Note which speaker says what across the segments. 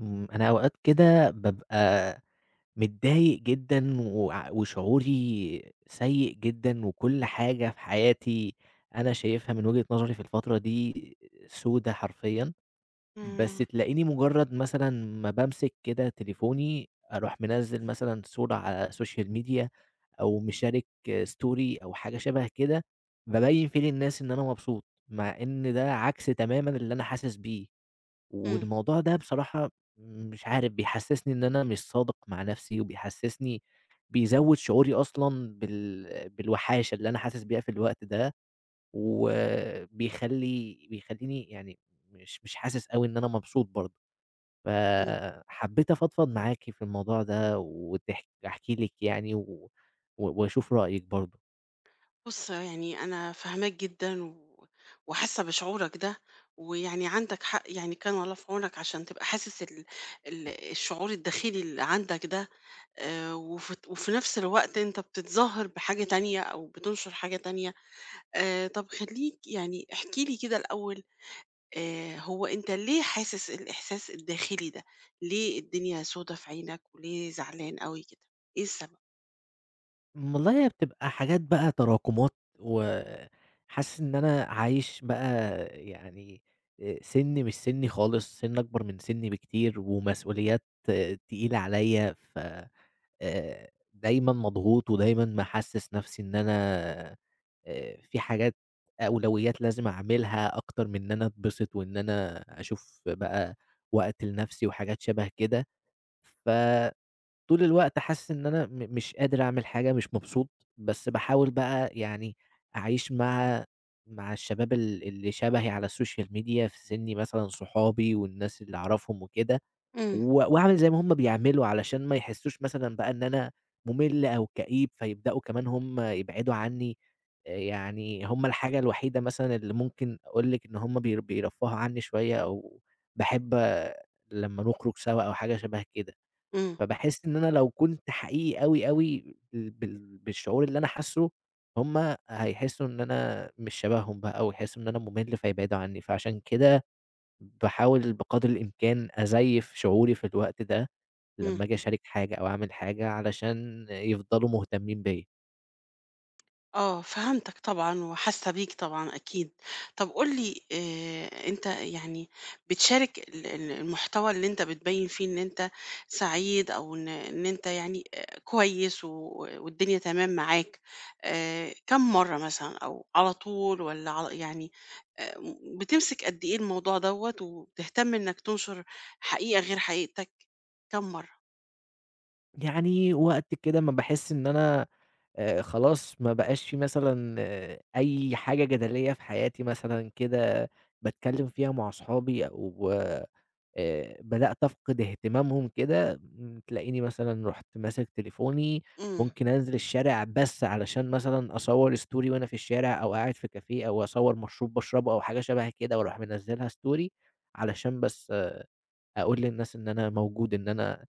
Speaker 1: أنا أوقات كده بابقى متضايق جدًا وشعوري سيء جدًا، وكل حاجة في حياتي أنا شايفها من وجهة نظري في الفترة دي سودا حرفيًا. بس
Speaker 2: إمم،
Speaker 1: تلاقيني مجرد مثلًا ما بامسك كده تليفوني أروح منزّل مثلًا صورة على السوشيال ميديا أو مشارك story أو حاجة شبه كده، بابين فيه للناس إن أنا مبسوط، مع إن ده عكس تمامًا اللي أنا حاسس بيه.
Speaker 2: إمم،
Speaker 1: والموضوع ده بصراحة مش عارف بيحسسني إن أنا مش صادق مع نفسي، وبيحسسني بيزود شعوري أصلًا بالوحاشة اللي أنا حاسس بيها في الوقت ده، وبيخلّي بيخلّيني يعني مش حاسس أوي إن أنا مبسوط برضه،
Speaker 2: إمم.
Speaker 1: فحبيت أفضفض معاك في الموضوع ده وتح احكي لِك يعني و وأشوف رأيِك برضه.
Speaker 2: بُص، يعني أنا فاهماك جدًا و وحاسة بشعورك ده، ويعني عندك حق، يعني كان الله في عونك عشان تبقى حاسس ال ال الشعور الداخلي اللي عندك ده، وف وفي نفس الوقت أنت بتتظاهر بحاجة تانية أو بتنشر حاجة تانية. طب خلّيك يعني احكِ لي كده الأول، هو أنت ليه حاسس الإحساس الداخلي ده؟ ليه الدنيا سودا في عينك وليه زعلان أوي كده؟ إيه السبب؟
Speaker 1: والله هي بتبقى حاجات بقى تراكمات، وحاسس إن أنا عايش بقى يعني مش سِنّي خالص، سِن أكبر من سِنّي بكتير، ومسؤوليات تقيلة عليّا، ف دايمًا مضغوط، ودايمًا محسِّس نَفْسي إن أنا في حاجات أولويات لازم أعملها أكتر من إن أنا أتبسط، وإن أنا أشوف بقى وقت لنَفْسي وحاجات شَبه كده. ف طول الوقت حاسس إن أنا مش قادر أعمل حاجة، مش مبسوط، بس باحاول بقى يعني أعيش مع الشباب اللي شبهي على السوشيال ميديا في سِنّي مثلًا صحابي والناس اللي أعرفهم وكده،
Speaker 2: إمم،
Speaker 1: وأعمل زي ما هُم بيعملوا علشان ما يحسّوش مثلًا بقى إن أنا مُمِل أو كئيب، فيبدأوا كمان هُم يبعدوا عني. يعني هُم الحاجة الوحيدة مثلًا اللي ممكن أقول لِك إن هُم بيرفّهوا عني شوية أو باحب لمّا نخرج سوا أو حاجة شبه كده.
Speaker 2: إمم،
Speaker 1: فباحس إن أنا لو كنت حقيقي أوي، أوي بالشعور اللي أنا حاسّه، هُم هيحسّوا إن أنا مش شبههم بقى أو يحسّوا إن أنا مُمِل فيبعدوا عنّي، فعشان كده باحاول بقدر الإمكان أزيّف شعوري في الوقت ده
Speaker 2: إمم.
Speaker 1: لمّا آجي أشارك حاجة أو أعمل حاجة علشان يفضلوا مهتمين بيّا.
Speaker 2: آه، فهمتك طبعًا وحاسة بيك طبعًا أكيد. طب قُل لي أنت يعني بتشارك ال ال المحتوى اللي أنت بتبيّن فيه إن أنت سعيد أو إن أنت يعني كويس و والدنيا تمام معاك، كام مرّة مثلًا أو على طول والّا على يعني آآ بتمسك قد إيه الموضوع دوّة وبتهتم إنك تنشر حقيقة غير حقيقتك كام مرّة؟
Speaker 1: يعني وقت كده أمّا باحس إن أنا خلاص ما بقاش في مثلًا آه، أي حاجة جدلية في حياتي مثلًا كده باتكلّم فيها مع أصحابي أو بدأت أفقد اهتمامهم كده، تلاقيني مثلًا رُحت ماسك تليفوني،
Speaker 2: إمم،
Speaker 1: ممكن أنزل الشارع بس علشان مثلًا أصوّر story وأنا في الشارع أو قاعد في كافيه أو أصوّر مشروب باشربه أو حاجة شبه كده وأروح منزّلها story علشان بس آه، أقول للناس إن أنا موجود، إن أنا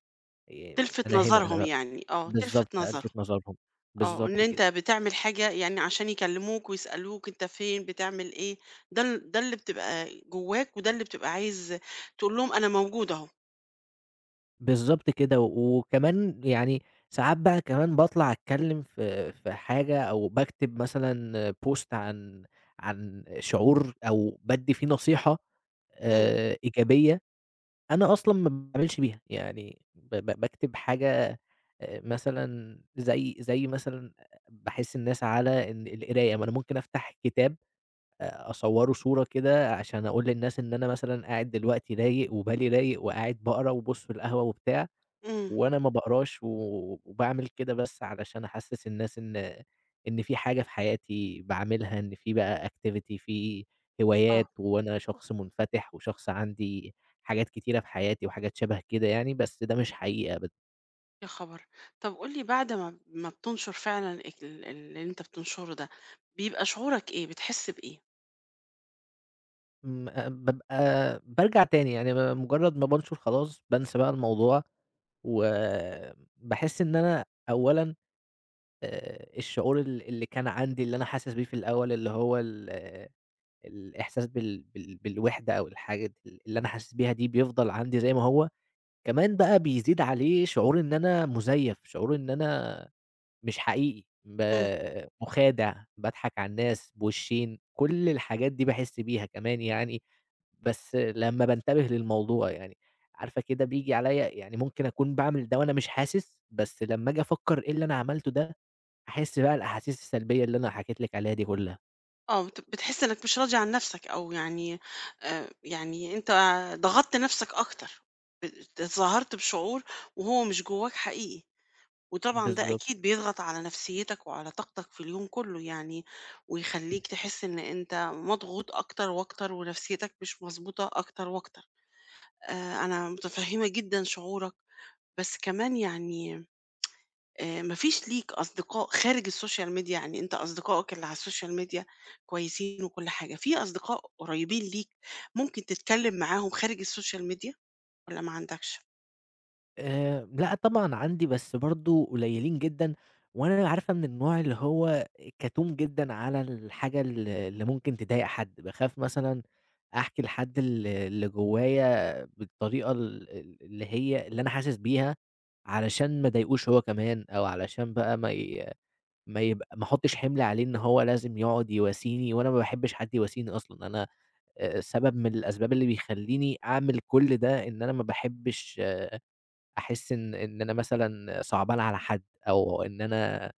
Speaker 1: آآ
Speaker 2: تلفت
Speaker 1: أنا هنا،
Speaker 2: نظرهم
Speaker 1: أنا
Speaker 2: يعني، آه،
Speaker 1: بالضبط،
Speaker 2: تلفت
Speaker 1: ألفِت
Speaker 2: نظرهم.
Speaker 1: نظرهم،
Speaker 2: آه، إن
Speaker 1: بالضبط
Speaker 2: أنت
Speaker 1: كده،
Speaker 2: بتعمل حاجة يعني عشان يكلموك ويسألوك أنت فين، بتعمل إيه، ده اللي بتبقى جواك وده اللي بتبقى عايز تقول لهم أنا موجود أهو.
Speaker 1: بالضبط كده. وكمان يعني ساعات بقى كمان باطلع أتكلّم في حاجة أو باكتب مثلًا post عن شعور أو بادّي فيه نصيحة
Speaker 2: إمم،
Speaker 1: إيجابية، أنا أصلًا ما باعملش بيها، يعني ب ب باكتب حاجة مثلًا زي مثلًا باحث الناس على إن القراية، ما أنا ممكن أفتح كتاب أصوّره صورة كده عشان أقول للناس إن أنا مثلًا قاعد دلوقتي رايق وبالي رايق وقاعد باقرا وبُص في القهوة وبتاع،
Speaker 2: إمم،
Speaker 1: وأنا ما باقراش وباعمل كده بس علشان أحسّس الناس إن في حاجة في حياتي باعملها، إن في بقى activity في
Speaker 2: آه،
Speaker 1: هوايات وأنا شخص منفتح وشخص عندي حاجات كتيرة في حياتي وحاجات شبه كده يعني، بس ده مش حقيقي أبدًا.
Speaker 2: يا خبر! طب قُل لي بعد ما بتنشر فعلًا اللي أنت بتنشره ده، بيبقى شعورك إيه، بتحس بإيه؟
Speaker 1: م بابقى بارجع تاني يعني مجرد ما بانشر خلاص بانسى بقى الموضوع. وباحس إن أنا أولًا الشعور اللي كان عندي اللي أنا حاسس بيه في الأول اللي هو آه، الإحساس بالوحدة أو الحاجة اللي أنا حاسس بيها دي بيفضل عندي زي ما هو، كمان بقى بيزيد عليه شعور إن أنا مُزيّف، شعور إن أنا مش حقيقي،
Speaker 2: إمم،
Speaker 1: مُخادع، باضحك على الناس بوشّين، كل الحاجات دي باحس بيها كمان يعني. بس لمّا بانتبه للموضوع يعني، عارفة كده بييجي عليَّ يعني ممكن أكون باعمل ده وأنا مش حاسس، بس لمّا آجي أفكّر إيه اللي أنا عملته ده، أحس بقى الأحاسيس السلبية اللي أنا حكيت لِك عليها دي كلّها.
Speaker 2: آه، بتحس إنك مش راضي عن نفسك أو يعني يعني أنت ضغطت نفسك أكتر، ب اتظاهرت بشعور وهو مش جواك حقيقي. وطبعًا ده
Speaker 1: بالضبط.
Speaker 2: أكيد بيضغط على نفسيتك وعلى طاقتك في اليوم كله يعني، ويخلّيك تحس إن أنت مضغوط أكتر وأكتر ونفسيتك مش مضبوطة أكتر وأكتر. أنا متفهّمة جدًا شعورك، بس كمان يعني ما فيش ليك أصدقاء خارج الSocial Media؟ يعني أنت أصدقائك اللي على الSocial Media كويسين وكل حاجة، في أصدقاء قريبين ليك ممكن تتكلّم معاهم خارج الSocial Media والّا ما عندكش؟
Speaker 1: لأ طبعًا عندي بس برضه قليلين جدًا، وأنا عارفة من النوع اللي هو كتوم جدًا على الحاجة اللي ممكن تضايق حد، باخاف مثلًا أحكي لحد اللي جوايا بالطريقة ال ال اللي هي اللي أنا حاسس بيها، علشان ما اضايقوش هو كمان، أو علشان بقى ما يبقى ما احطش حمل عليه إن هو لازم يقعد يواسيني، وأنا ما باحبش حد يواسيني أصلًا، أنا سبب من الأسباب اللي بيخلّيني أعمل كل ده إن أنا ما باحبش أحس إن أنا مثلًا صعبان على حد، أو إن أنا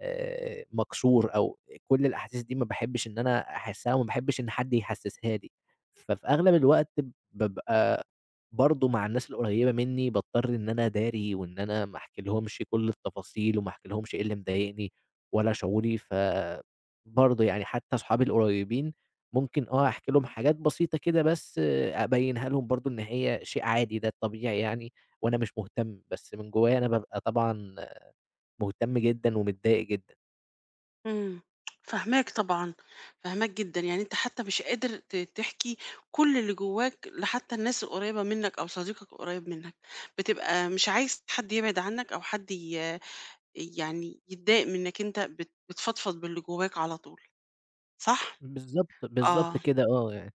Speaker 1: مكسور أو كل الأحاسيس دي ما باحبش إن أنا أحسّها وما باحبش إن حد يحسّسها لي، ففي أغلب الوقت بابقى برضه مع الناس القريّبة منّي باضطر إن أنا أداري وإن أنا ما أحكي لهمش كل التفاصيل وما أحكي لهمش إيه اللي مضايقني ولا شعوري، ف برضه يعني حتّى أصحابي القريّبين ممكن آه أحكي لهم حاجات بسيطة كده بس آه، أبيّنها لهم برضه إن هي شيء عادي ده الطبيعي يعني وأنا مش مهتم، بس من جوّايا أنا بابقى طبعًا مهتم جدًا ومتضايق جدًا.
Speaker 2: إمم، فاهماك طبعًا، فاهماك جدًا، يعني أنت حتى مش قادر تحكي كل اللي جواك لحتى الناس القريبة منك أو صديقك القريب منك، بتبقى مش عايز حد يبعد عنك أو حد يعني يتضايق من إنك أنت بتفضفض باللي جواك على طول، صح؟
Speaker 1: بالضبط، بالضبط
Speaker 2: آه،
Speaker 1: كده آه، يعني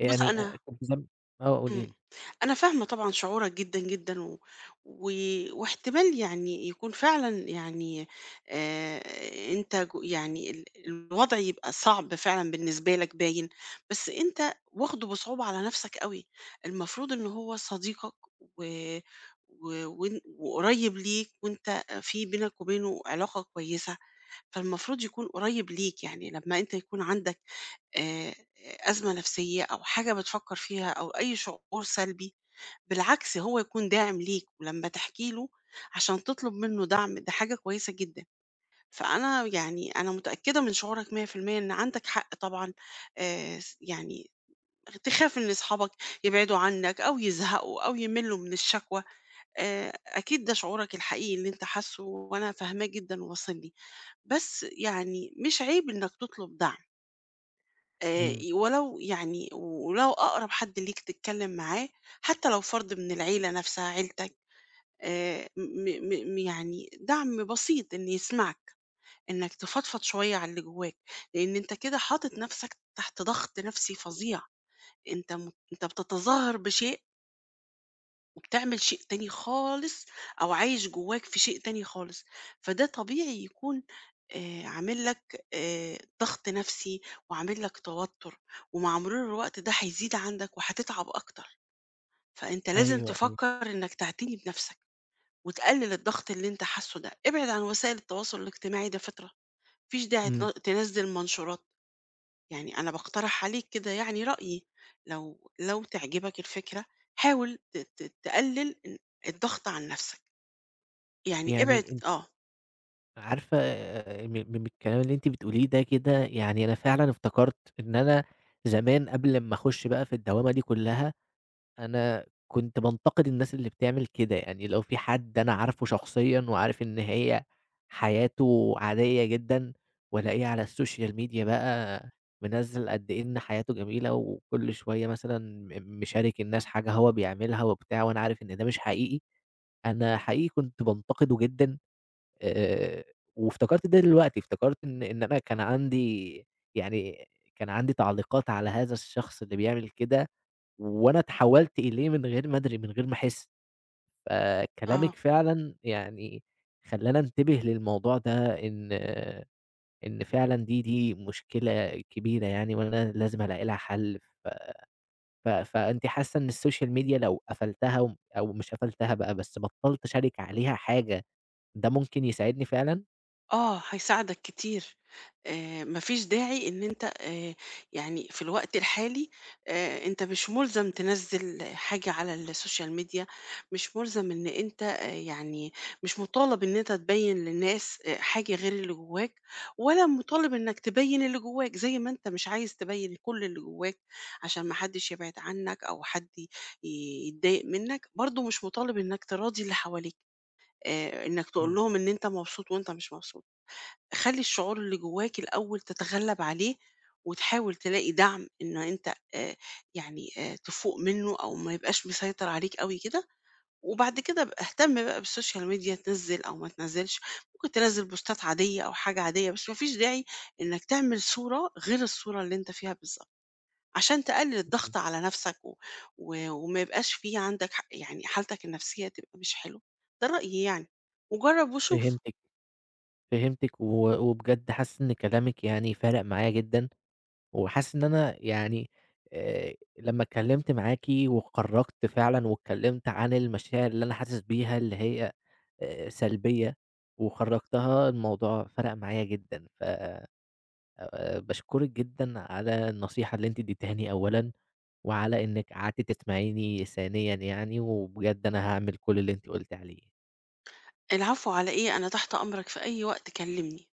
Speaker 2: بُص أنا
Speaker 1: أ كنت زم آه قولي
Speaker 2: إمم.
Speaker 1: لي.
Speaker 2: أنا فاهمة طبعًا شعورك جدًا، جدًا، و و واحتمال يعني يكون فعلًا يعني آآ أنت يعني الوضع يبقى صعب فعلًا بالنسبة لك باين، بس أنت واخده بصعوبة على نَفْسك أوي، المفروض إن هو صديقك و و وإن وقريب ليك وأنت في بينك وبينه علاقة كويسة، فالمفروض يكون قريب ليك، يعني لمّا أنت يكون عندك آآ أزمة نَفْسية أو حاجة بتفكّر فيها أو أي شعور سلبي بالعكس هو يكون داعم ليك ولما تحكي له عشان تطلب منه دعم ده حاجة كويسة جدا. فأنا يعني أنا متأكدة من شعورك 100% إن عندك حق طبعا. آه، يعني تخاف إن أصحابك يبعدوا عنك أو يزهقوا أو يملوا من الشكوى. آه، أكيد ده شعورك الحقيقي اللي أنت حاسه وأنا فاهماه جدا وواصلني. بس يعني مش عيب إنك تطلب دعم. آه،
Speaker 1: إمم،
Speaker 2: ولو يعني ولو أقرب حد ليك تتكلم معاه حتى لو فرد من العيلة نفسها عيلتك. م م م يعني دعم بسيط إن يسمعك، إنك تفضفض شوية على اللي جواك، لإن أنت كده حاطط نفسك تحت ضغط نفسي فظيع، أنت بتتظاهر بشيء وبتعمل شيء تاني خالص، أو عايش جواك في شيء تاني خالص، فده طبيعي يكون عامل لك ضغط نفسي وعامل لك توتر، ومع مرور الوقت ده هيزيد عندك وهتتعب أكتر، فأنت لازم
Speaker 1: أيوه، أيوه،
Speaker 2: تفكر إنك تعتني بنفسك. وتقلل الضغط اللي انت حاسه ده ابعد عن وسائل التواصل الاجتماعي ده فترة. مفيش داعي
Speaker 1: إمم.
Speaker 2: تنزل منشورات. يعني انا بقترح عليك كده يعني رأيي، لو تعجبك الفكرة حاول تقلل الضغط عن نفسك، يعني ابعد
Speaker 1: يعني أنتِ
Speaker 2: اه
Speaker 1: عارفة م من الكلام اللي أنتِ بتقوليه ده كده يعني أنا فعلًا افتكرت إن أنا زمان قبل أمّا أخُش بقى في الدوامة دي كلّها أنا كنت بانتقد الناس اللي بتعمل كده، يعني لو في حد أنا عارفه شخصيًا وعارف إن هي حياته عادية جدًا، والاقيه على الSocial media بقى منزّل قد إيه إن حياته جميلة، وكل شوية مثلًا مشارك الناس حاجة هو بيعملها وبتاع، وأنا عارف إن ده مش حقيقي، أنا حقيقي كنت بانتقده جدًا آآ، وافتكرت ده دلوقتي، افتكرت إن أنا كان عندي يعني كان عندي تعليقات على هذا الشخص اللي بيعمل كده وأنا اتحولت إليه من غير ما أدري، من غير ما أحس،
Speaker 2: اه.
Speaker 1: فكلامِك فعلًا يعني خلّاني أنتبه للموضوع ده إن إن فعلًا دي مشكلة كبيرة يعني وأنا لازم ألاقي لها حل، ف ف فأنتِ حاسة إن السوشيال ميديا لو قفلتها أو مش قفلتها بقى، بس بطّلت أشارك عليها حاجة، ده ممكن يساعدني فعلًا؟
Speaker 2: آه، هيساعدك كتير. ما فيش داعي إن أنت يعني في الوقت الحالي أنت مش ملزم تنزّل حاجة على السوشيال ميديا، مش ملزم إن أنت يعني مش مطالب إن أنت تبيّن للناس حاجة غير اللي جواك، ولا مطالب إنك تبيّن اللي جواك، زي ما أنت مش عايز تبيّن كل اللي جواك عشان ما حدش يبعد عنك أو حد يتضايق منك، برضه مش مطالب إنك تراضي اللي حواليك، إنك تقول
Speaker 1: إمم،
Speaker 2: لهم إن أنت مبسوط وأنت مش مبسوط. خلّي الشعور اللي جواك الأول تتغلّب عليه، وتحاول تلاقي دعم إن أنت يعني تفوق منّه أو ما يبقاش مسيطر عليك أوي كده، وبعد كده ابقى اهتم بقى بالسوشيال ميديا تنزّل أو ما تنزّلش، ممكن تنزّل بوستات عادية أو حاجة عادية، بس ما فيش داعي إنك تعمل صورة غير الصورة اللي أنت فيها بالضبط، عشان تقلل
Speaker 1: إمم،
Speaker 2: الضغط على نفْسك و و وما يبقاش في عندك يعني حالتك النفسية تبقى مش حلوة، ده رأيي يعني، وجرّب وشوف.
Speaker 1: فهمتِك، فهمتِك وبجد حاسس إن كلامِك يعني فارق معايا جدًا. وحاسس إن أنا يعني لمّا اتكلّمت معاكِ وخرّجت فعلًا واتكلّمت عن المشاعر اللي أنا حاسس بيها اللي هي سلبية وخرّجتها، الموضوع فرَق معايا جدًا، ف باشكرِك جدًا على النصيحة اللي أنتِ ادّيتيهاني أولًا، وعلى إنِّك قعدتِ تسمعيني ثانيًا يعني، وبجد أنا هاعمل كل اللي أنتِ قُلتِ عليه.
Speaker 2: العفو على إيه؟ أنا تحت أمرك في أي وقت كلمني.